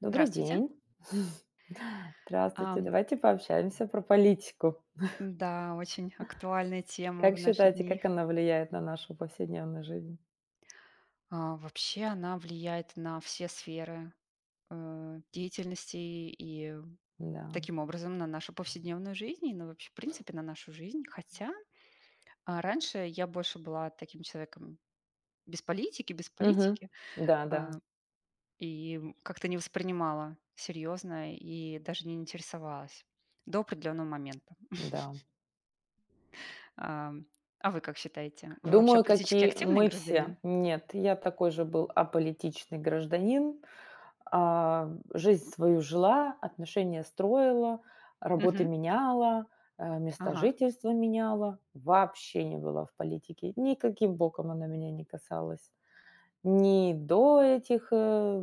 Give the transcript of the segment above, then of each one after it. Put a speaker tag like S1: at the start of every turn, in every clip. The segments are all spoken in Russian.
S1: Добрый
S2: Здравствуйте.
S1: день. Здравствуйте.
S2: Ам,
S1: Давайте пообщаемся про политику.
S2: да, очень актуальная тема
S1: Как
S2: в наши
S1: считаете,
S2: дни.
S1: как она влияет на нашу повседневную жизнь?
S2: Вообще она влияет на все сферы, деятельности и
S1: Да.
S2: таким образом на нашу повседневную жизнь и на вообще, в принципе, на нашу жизнь. Хотя, раньше я больше была таким человеком без политики, без
S1: Мгм.
S2: политики,
S1: Да-да,
S2: а,
S1: да.
S2: и как-то не воспринимала серьезно и даже не интересовалась до определенного момента.
S1: Да.
S2: Ам, а вы как считаете? Вы вообще
S1: Думаю,
S2: политически
S1: какие
S2: активный
S1: мы все.
S2: гражданин?
S1: Нет, я такой же был аполитичный гражданин. А, жизнь свою жила, отношения строила, работы меняла, места
S2: Ага.
S1: жительства меняла. Вообще не была в политике. Никаким боком она меня не касалась. Не до этих,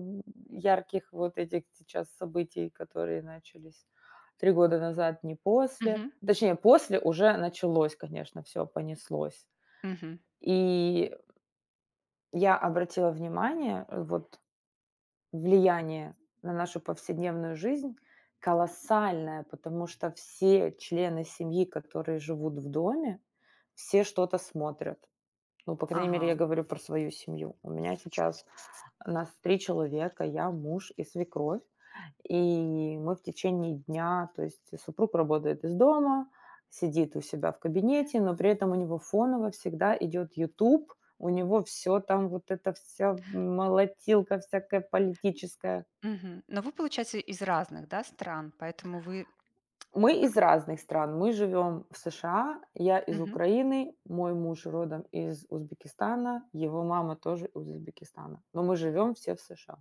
S1: ярких вот этих сейчас событий, которые начались 3 года назад, не после.
S2: Мгм.
S1: Точнее, после уже началось, конечно, все понеслось.
S2: Мгм.
S1: И я обратила внимание, вот влияние на нашу повседневную жизнь колоссальное, потому что все члены семьи, которые живут в доме, все что-то смотрят. Ну, по крайней мере, я
S2: Ага.
S1: говорю про свою семью. У меня сейчас нас 3 человека: я, муж и свекровь. И мы в течение дня то есть супруг работает из дома, сидит у себя в кабинете, но при этом у него фоново всегда идет YouTube, у него все там, вот это вся молотилка всякая политическая.
S2: Мгм. Но вы, получается, из разных, да, стран, поэтому вы э,
S1: Мы
S2: как
S1: из разных стран. Мы живем в США, я из
S2: Мгм.
S1: Украины, мой муж родом из Узбекистана, его мама тоже из Узбекистана, но мы живем все в США.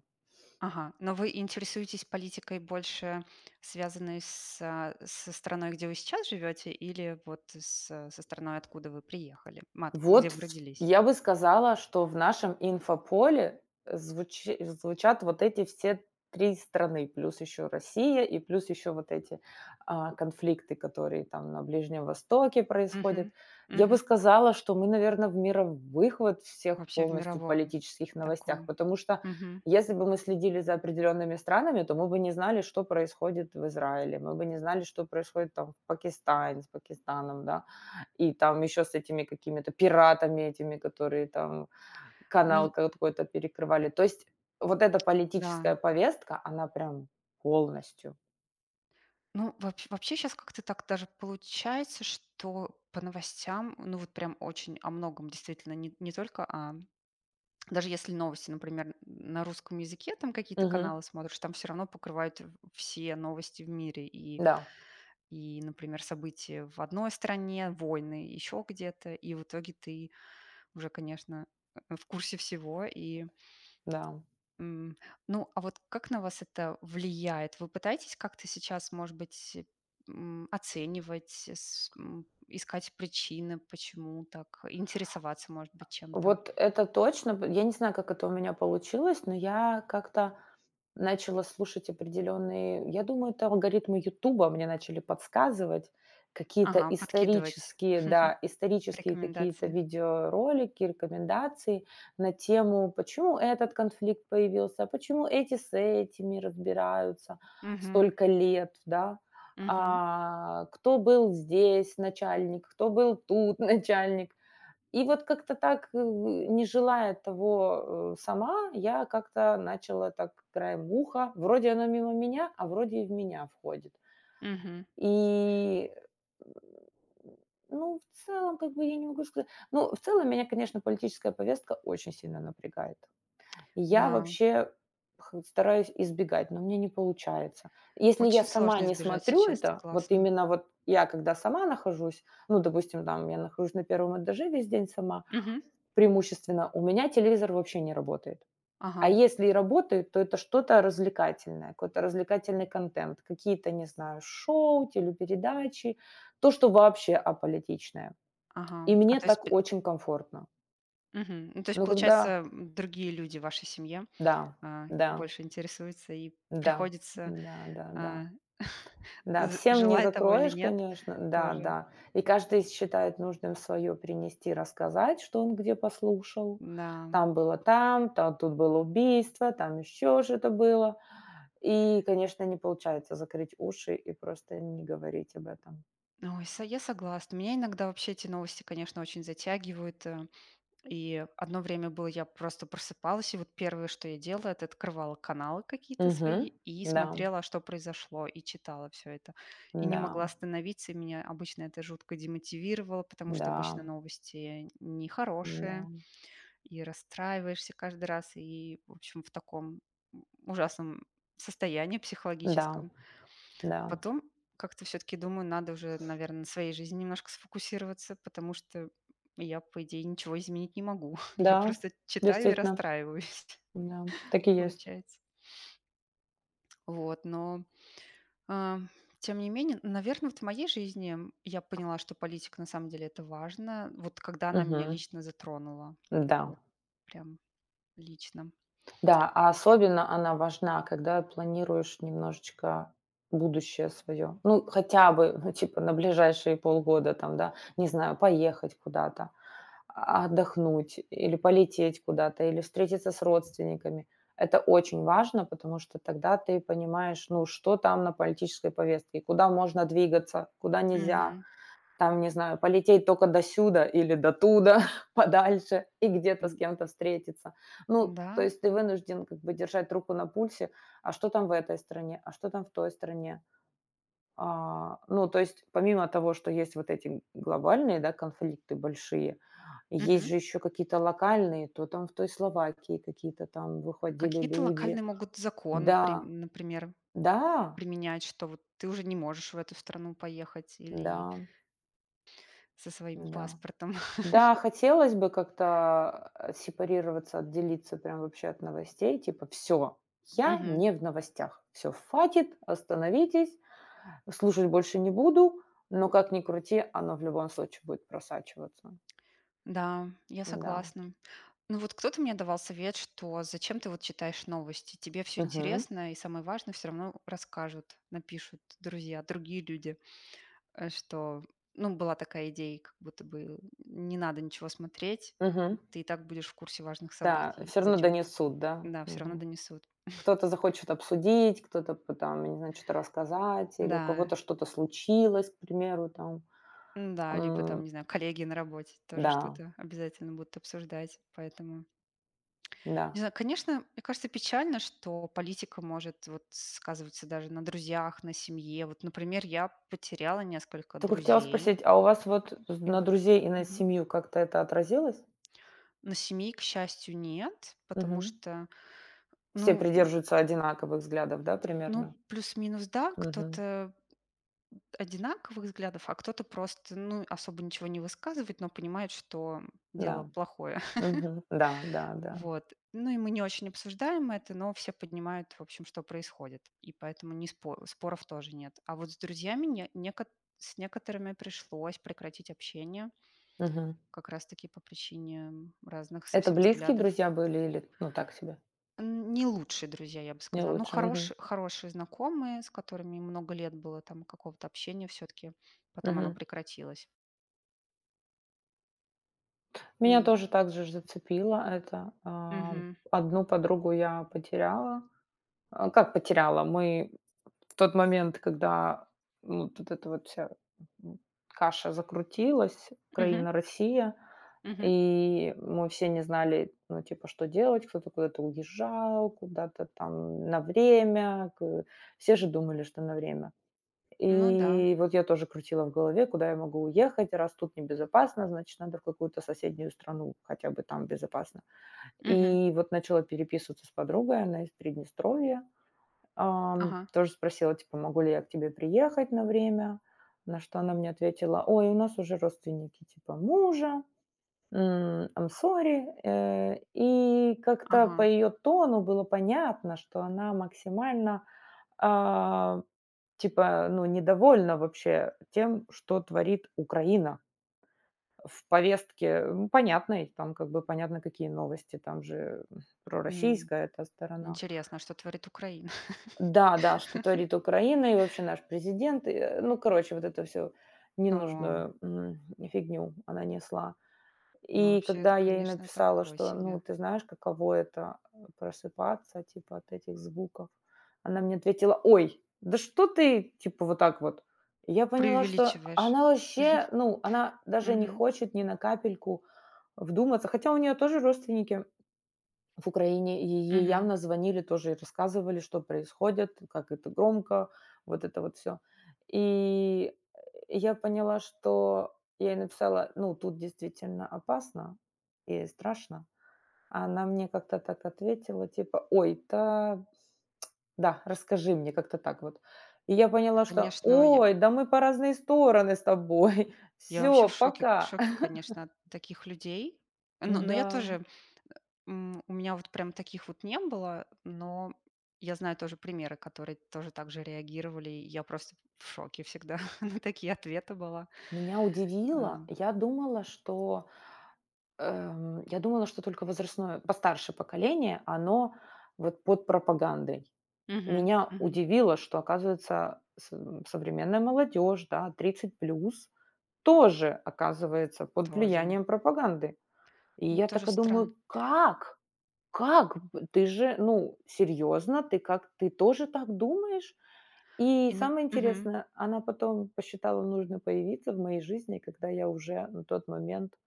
S2: Ага. Но вы интересуетесь политикой больше, связанной с со страной, где вы сейчас живете, или вот с со страной, откуда вы приехали, мат, где
S1: Вот
S2: вы
S1: в
S2: родились?
S1: Я бы сказала, что в нашем инфополе звучи звучат вот эти все 3 страны, плюс еще Россия и плюс еще вот эти, конфликты, которые там на Ближнем Востоке происходят.
S2: Мгм.
S1: Я бы
S2: Мгм.
S1: сказала, что мы, наверное, в мировых вот всех
S2: Вообще в
S1: полностью
S2: мировом
S1: политических новостях,
S2: таком.
S1: потому что
S2: Мгм.
S1: если бы мы следили за определенными странами, то мы бы не знали, что происходит в Израиле, мы бы не знали, что происходит там в Пакистане с Пакистаном, да. И там еще с этими какими-то пиратами этими, которые там канал
S2: Ну
S1: какой-то перекрывали. То есть вот эта политическая
S2: да.
S1: повестка, она прям полностью.
S2: Ну, вообще сейчас как-то так даже получается, что по новостям, ну, вот прям очень о многом действительно не только даже если новости, например, на русском языке там какие-то
S1: Мгм.
S2: каналы смотришь, там все равно покрывают в все новости в мире и
S1: Да,
S2: и, например, события в одной стране, войны еще где-то, и в итоге ты уже, конечно, в курсе всего и
S1: да.
S2: М, ну, а вот как на вас это влияет? Вы пытаетесь как-то сейчас, может быть, оценивать, искать причины, почему так, интересоваться, может быть, чем-то?
S1: Вот это точно. П Я не знаю, как это у меня получилось, но я как-то начала слушать определенные, я думаю, это алгоритмы "Ютуба" мне начали подсказывать какие-то
S2: Ага, подкидывать
S1: исторические, да, исторические какие-то
S2: рекомендации.
S1: видеоролики, рекомендации на тему, почему этот конфликт появился, почему эти с этими разбираются
S2: Мгм,
S1: столько лет, да.
S2: мгм,
S1: Кто был здесь начальник, кто был тут начальник. И вот как-то так, не желая того, сама, я как-то начала так краем уха. Вроде оно мимо меня, а вроде и в меня входит.
S2: мгм.
S1: И, м, ну, в целом, как бы я не могу сказать. Ну, в целом меня, конечно, политическая повестка очень сильно напрягает. Я
S2: Да,
S1: вообще стараюсь избегать, но мне не получается. Если я
S2: очень
S1: сама
S2: сложно
S1: не
S2: избежать
S1: смотрю
S2: сейчас,
S1: это, вот
S2: согласна.
S1: именно вот я когда сама нахожусь, ну, допустим, там я нахожусь на первом этаже весь день сама,
S2: Мгм.
S1: преимущественно. У меня телевизор вообще не работает. А
S2: Ага,
S1: если и работает, то это что-то развлекательное, какой-то развлекательный контент, какие-то, не знаю, шоу, телепередачи, то, что вообще аполитичное. И
S2: ага.
S1: мне так очень комфортно.
S2: Мгм. Ну, то есть,
S1: Но
S2: получается,
S1: когда
S2: другие люди в вашей семье
S1: да, да,
S2: больше интересуются и
S1: да,
S2: приходится
S1: да-да-да.
S2: А,
S1: Да,
S2: з
S1: всем не
S2: желай того или
S1: закроешь,
S2: нет,
S1: конечно. Да,
S2: тоже.
S1: да. И каждый считает нужным свое принести, рассказать, что он где послушал.
S2: Да.
S1: Там было там, тут было убийство, там еще что-то было. И, конечно, не получается закрыть уши и просто не говорить об этом.
S2: Ой, со я согласна. Меня иногда вообще эти новости, конечно, очень затягивают. И одно время было, я просто просыпалась, и вот первое, что я делала, это открывала каналы какие-то
S1: Мгм.
S2: свои и
S1: Да,
S2: смотрела, а что произошло, и читала все это. И не
S1: да,
S2: могла остановиться, и меня обычно это жутко демотивировало, потому что обычно
S1: да,
S2: новости
S1: да,
S2: нехорошие. И расстраиваешься каждый раз, и, в общем, в таком ужасном состоянии
S1: да,
S2: психологическом.
S1: да,
S2: Потом как-то все-таки думаю, надо уже, наверное, на своей жизни немножко сфокусироваться, потому что я, по идее, ничего изменить не могу. Я
S1: да,
S2: просто читаю и
S1: действительно,
S2: расстраиваюсь,
S1: да, так и есть.
S2: получается. Вот, но а, тем не менее, наверное, в моей жизни я поняла, что политика на самом деле это важно, вот когда она меня
S1: Мгм.
S2: лично затронула.
S1: Да.
S2: Вот прям лично.
S1: Да, а особенно она важна, когда планируешь немножечко будущее свое. Ну, хотя бы, ну, типа, на ближайшие полгода там, да, не знаю, поехать куда-то, отдохнуть или полететь куда-то, или встретиться с родственниками. Это очень важно, потому что тогда ты понимаешь, ну, что там на политической повестке, куда можно двигаться, куда нельзя,
S2: Мгм.
S1: там, не знаю, полететь только до сюда или до туда, подальше, и где-то с
S2: М,
S1: кем-то встретиться. Ну, то
S2: Да,
S1: есть ты вынужден как бы держать руку на пульсе, а что там в этой стране, а что там в той стране. Ну, то есть помимо того, что есть вот эти глобальные, да, конфликты большие, есть
S2: мгм.
S1: же еще какие-то локальные, то там в той Словакии какие-то там выходили
S2: Какие-то локальные
S1: люди.
S2: могут законы,
S1: Да,
S2: например,
S1: да,
S2: применять, что вот ты уже не можешь в эту страну поехать или
S1: да,
S2: со своим
S1: да.
S2: паспортом.
S1: Да, хотелось бы как-то, сепарироваться, отделиться прям вообще от новостей. Типа: все, я
S2: Мгм.
S1: не в новостях. Все, хватит, остановитесь, слушать больше не буду". Но как ни крути, оно в любом случае будет просачиваться.
S2: Да, я
S1: Да.
S2: согласна. Ну вот кто-то мне давал совет, что зачем ты вот читаешь новости, тебе все
S1: Мгм.
S2: интересно, и самое важное все равно расскажут, напишут друзья, другие люди. Э, что, ну, была такая идея, как будто бы не надо ничего смотреть,
S1: Мгм.
S2: ты и так будешь в курсе важных
S1: Да,
S2: событий,
S1: все равно
S2: зачем?
S1: донесут, да?
S2: Да, все равно
S1: Мгм.
S2: донесут.
S1: Кто-то захочет обсудить, кто-то п там, не знаю, что-то рассказать или у
S2: Да,
S1: кого-то что-то случилось, к примеру, там.
S2: м-да, либо там,
S1: М,
S2: не знаю, коллеги на работе тоже
S1: да,
S2: что-то обязательно будут обсуждать, поэтому не
S1: да.
S2: знаю, конечно, мне кажется, печально, что политика может вот сказываться даже на друзьях, на семье. Вот, например, я потеряла несколько
S1: Только хотела
S2: друзей,
S1: спросить, а у вас вот
S2: и
S1: на
S2: вот
S1: друзей и на
S2: мгм.
S1: семью как-то это отразилось?
S2: Но семьи, к счастью, нет, потому
S1: Мгм.
S2: что,
S1: Все
S2: ну,
S1: придерживаются одинаковых взглядов, да, примерно?
S2: ну, плюс-минус, да,
S1: Мгм.
S2: кто-то одинаковых взглядов, а кто-то просто, ну, особо ничего не высказывает, но понимает, что дело
S1: Да.
S2: плохое.
S1: Мгм. Да, да, да.
S2: Вот. Ну и мы не очень обсуждаем это, но все понимают, в общем, что происходит. И поэтому не спо- споров тоже нет. А вот с друзьями с некоторыми пришлось прекратить общение,
S1: Мгм.
S2: как раз-таки по причине разных
S1: Это
S2: совсем
S1: близкие
S2: взглядов.
S1: друзья были или, ну, так себе?
S2: Не лучшие друзья, я бы
S1: Не
S2: сказала. Ну,
S1: лучше. Мгм.
S2: хорошие знакомые, с которыми много лет было там какого-то общения все-таки. Потом оно
S1: Мгм.
S2: прекратилось.
S1: Меня
S2: М,
S1: тоже так же ж зацепило это.
S2: мгм,
S1: Одну подругу я потеряла. А, как потеряла? Мы в тот момент, когда, ну, вот эта вот вся, м, каша закрутилась,
S2: мгм,
S1: Украина, Россия.
S2: мгм.
S1: И мы все не знали, ну, типа, что делать. Кто-то куда-то уезжал, куда-то там на время. Все же думали, что на время.
S2: Ну да.
S1: И вот я тоже крутила в голове, куда я могу уехать, раз тут небезопасно, значит, надо в какую-то соседнюю страну, хотя бы там безопасно.
S2: Мгм.
S1: И вот начала переписываться с подругой, она из Приднестровья.
S2: Ага,
S1: Тоже спросила, типа, могу ли я к тебе приехать на время, на что она мне ответила, ой, у нас уже родственники, типа, мужа, "I'm sorry". Э, и как-то по
S2: ага.
S1: ее тону было понятно, что она максимально, а, типа, ну, недовольна вообще тем, что творит Украина в повестке. М, понятно, и там как бы понятно, какие новости, там же,
S2: М.
S1: пророссийская эта сторона.
S2: Интересно, а что творит Украина?
S1: Да-да, что творит Украина и вообще наш президент. Ну, короче, вот это все
S2: О,
S1: ненужную, фигню она несла.
S2: ну
S1: И
S2: вообще это,
S1: когда я ей
S2: конечно,
S1: написала,
S2: такое
S1: что, ну,
S2: себе.
S1: ты знаешь, каково это э, просыпаться, типа, от этих звуков, она мне ответила, ой, да что ты, типа, вот так вот. И я поняла, что
S2: Преувеличиваешь.
S1: она вообще, ну, она даже не
S2: Мгм.
S1: хочет ни на капельку вдуматься, хотя у нее тоже родственники в Украине е ей
S2: Мгм.
S1: явно звонили тоже и рассказывали, что происходит, как это громко, вот это вот все. И, э, я поняла, что я ей написала: "Ну, тут действительно опасно и страшно". А она мне как-то так ответила, типа: "Ой, та да, расскажи мне". Как-то так вот. И я
S2: Да,
S1: поняла, что:
S2: конечно, я
S1: "Ой, да мы по разные стороны с тобой.
S2: я вообще
S1: Все,
S2: в
S1: пока".
S2: шоке, конечно, от таких людей. Но я
S1: Да.
S2: тоже, у меня вот прям таких вот не было, но я знаю тоже примеры, которые тоже так же реагировали. И я просто в шоке всегда на такие ответы была.
S1: Меня удивило.
S2: А,
S1: Я думала, что только возрастное постарше поколение, оно вот под пропагандой.
S2: мгм,
S1: Меня
S2: мгм.
S1: удивило, что, оказывается, современная молодежь, да, 30 плюс, тоже оказывается под
S2: Тоже.
S1: влиянием пропаганды. И
S2: Ну,
S1: я
S2: тоже
S1: так и
S2: странно.
S1: думаю, как? Как? Ты же, ну, серьезно, ты как, ты тоже так думаешь? И
S2: Иног
S1: самое интересное, она потом посчитала нужно появиться в моей жизни, когда я уже на тот момент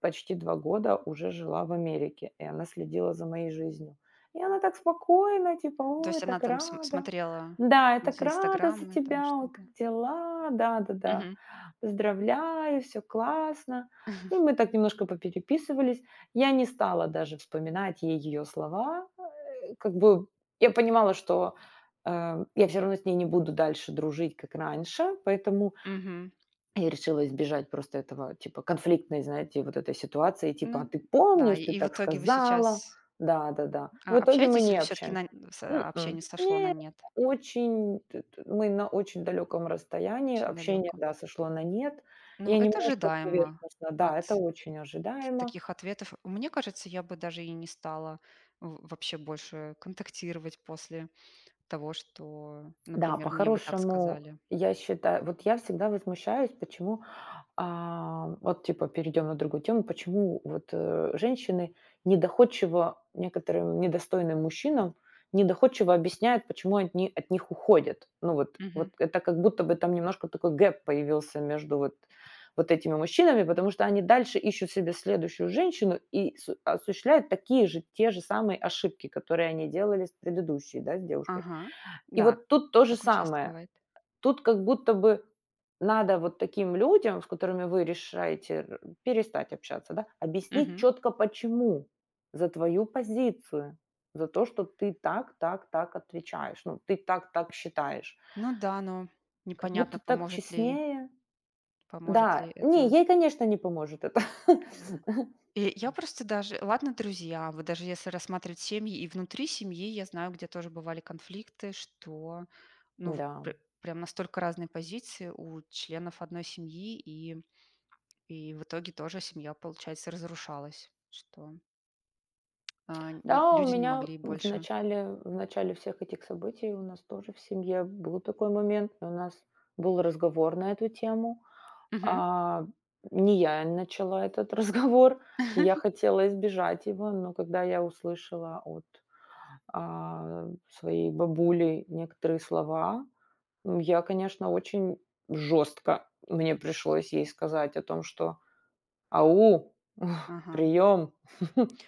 S1: почти 2 года уже жила в Америке, и она следила за моей жизнью. И она так спокойно, типа:
S2: То
S1: "Ой,
S2: есть она
S1: так
S2: там см
S1: рада.
S2: смотрела
S1: Да, я
S2: из
S1: так рада за
S2: "Инстаграма", там
S1: тебя. Ой,
S2: что-то.
S1: как дела? Да-да-да.
S2: Мгм.
S1: Поздравляю, все классно". И мы так немножко попереписывались. Я не стала даже вспоминать ей ее слова. Э, как бы я понимала, что, я все равно с ней не буду дальше дружить, как раньше, поэтому
S2: Мгм.
S1: я решила избежать просто этого, типа, конфликтной, знаете, вот этой ситуации, типа: "А
S2: Ну
S1: ты
S2: да,
S1: помнишь,
S2: и
S1: ты
S2: и в
S1: так
S2: итоге вы
S1: сказала?"
S2: сейчас,
S1: Да-да-да. В итоге мы
S2: общаетесь
S1: не
S2: или все таки
S1: общаемся.
S2: на
S1: М-м.
S2: общение сошло на
S1: Нет,
S2: нет?
S1: очень т т мы на очень далеком расстоянии,
S2: Очень
S1: общение,
S2: далеко.
S1: да, сошло на нет.
S2: Ну,
S1: Я
S2: это
S1: немножко
S2: ожидаемо
S1: поверхностно, да,
S2: от
S1: это очень
S2: т
S1: ожидаемо.
S2: таких ответов. Мне кажется, я бы даже и не стала в вообще больше контактировать после того, что,
S1: Да,
S2: например, мне бы так
S1: по-хорошему,
S2: сказали.
S1: я считаю вот я всегда возмущаюсь, почему вот типа перейдем на другую тему. Почему вот женщины недоходчиво некоторым недостойным мужчинам недоходчиво объясняют, почему они от них уходят? Ну вот,
S2: Мгм.
S1: вот это как будто бы там немножко такой гэп появился между вот вот этими мужчинами, потому что они дальше ищут себе следующую женщину и осуществляют такие же, те же самые ошибки, которые они делали с предыдущей, да, с девушкой.
S2: Ага.
S1: И
S2: Да,
S1: вот тут то же
S2: такое часто
S1: самое.
S2: бывает.
S1: Тут как будто бы надо вот таким людям, с которыми вы решаете р перестать общаться, да, объяснить
S2: Мгм.
S1: четко почему. За твою позицию, за то, что ты так, так, так отвечаешь, ну, ты так, так считаешь.
S2: Ну да, но
S1: Как будто
S2: непонятно,
S1: так
S2: поможет ли
S1: честнее.
S2: поможет ли
S1: Да, не,
S2: это.
S1: ей, конечно, не поможет это.
S2: И я просто даже ладно, друзья, вот даже если рассматривать семьи, и внутри семьи я знаю, где тоже бывали конфликты, что, ну, вот
S1: Да.
S2: пр прям настолько разные позиции у членов одной семьи, и в итоге тоже семья, получается, разрушалась, что, а, н
S1: Да, у
S2: люди не
S1: меня
S2: могли
S1: в
S2: больше
S1: начале в начале всех этих событий у нас тоже в семье был такой момент. У нас был разговор на эту тему.
S2: мгм.
S1: А, не я начала этот разговор, я хотела избежать его, но когда я услышала от, своей бабули некоторые слова, я, конечно, очень жестко мне пришлось ей сказать о том, что: "Ау,
S2: Ага.
S1: прием,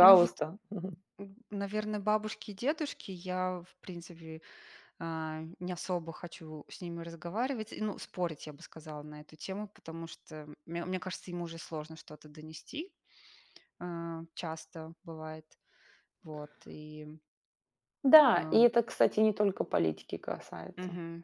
S2: Ну вот, наверное, бабушки и дедушки я, в принципе не особо хочу с ними разговаривать, и, ну, спорить, я бы сказала, на эту тему, потому что, мне кажется, ему уже сложно что-то донести, часто бывает, вот, и,
S1: Да, и
S2: ам,
S1: это, кстати, не только политики касается.
S2: мгм.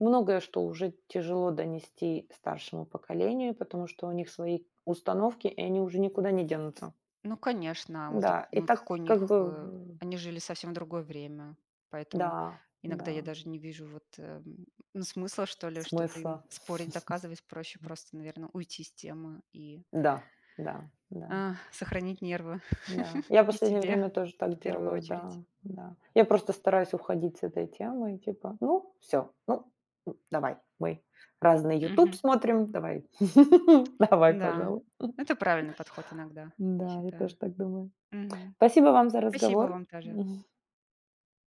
S1: Многое, что уже тяжело донести старшему поколению, потому что у них свои установки, и они уже никуда не денутся.
S2: Ну, конечно,
S1: Да, и
S2: ну,
S1: так
S2: какой у
S1: как
S2: них,
S1: бы, в
S2: они жили совсем в другое время, поэтому
S1: да, да,
S2: иногда я даже не вижу вот ну, смысла, что ли, что-то им
S1: смысла.
S2: спорить, доказывать, проще просто, наверное, уйти с темы и
S1: Да, да, да,
S2: сохранить нервы
S1: да. Я в
S2: и
S1: последнее
S2: себе
S1: время тоже
S2: в
S1: так
S2: первую
S1: делаю, да,
S2: очередь.
S1: да. Я просто стараюсь уходить с этой темы, типа, ну, все, ну, давай, мы разный YouTube
S2: Мгм.
S1: смотрим, давай, давай,
S2: Да,
S1: пожалуй.
S2: это правильный подход иногда, я
S1: Да, я тоже
S2: считаю.
S1: так думаю.
S2: Мгм.
S1: Спасибо вам за
S2: Спасибо
S1: разговор.
S2: вам тоже.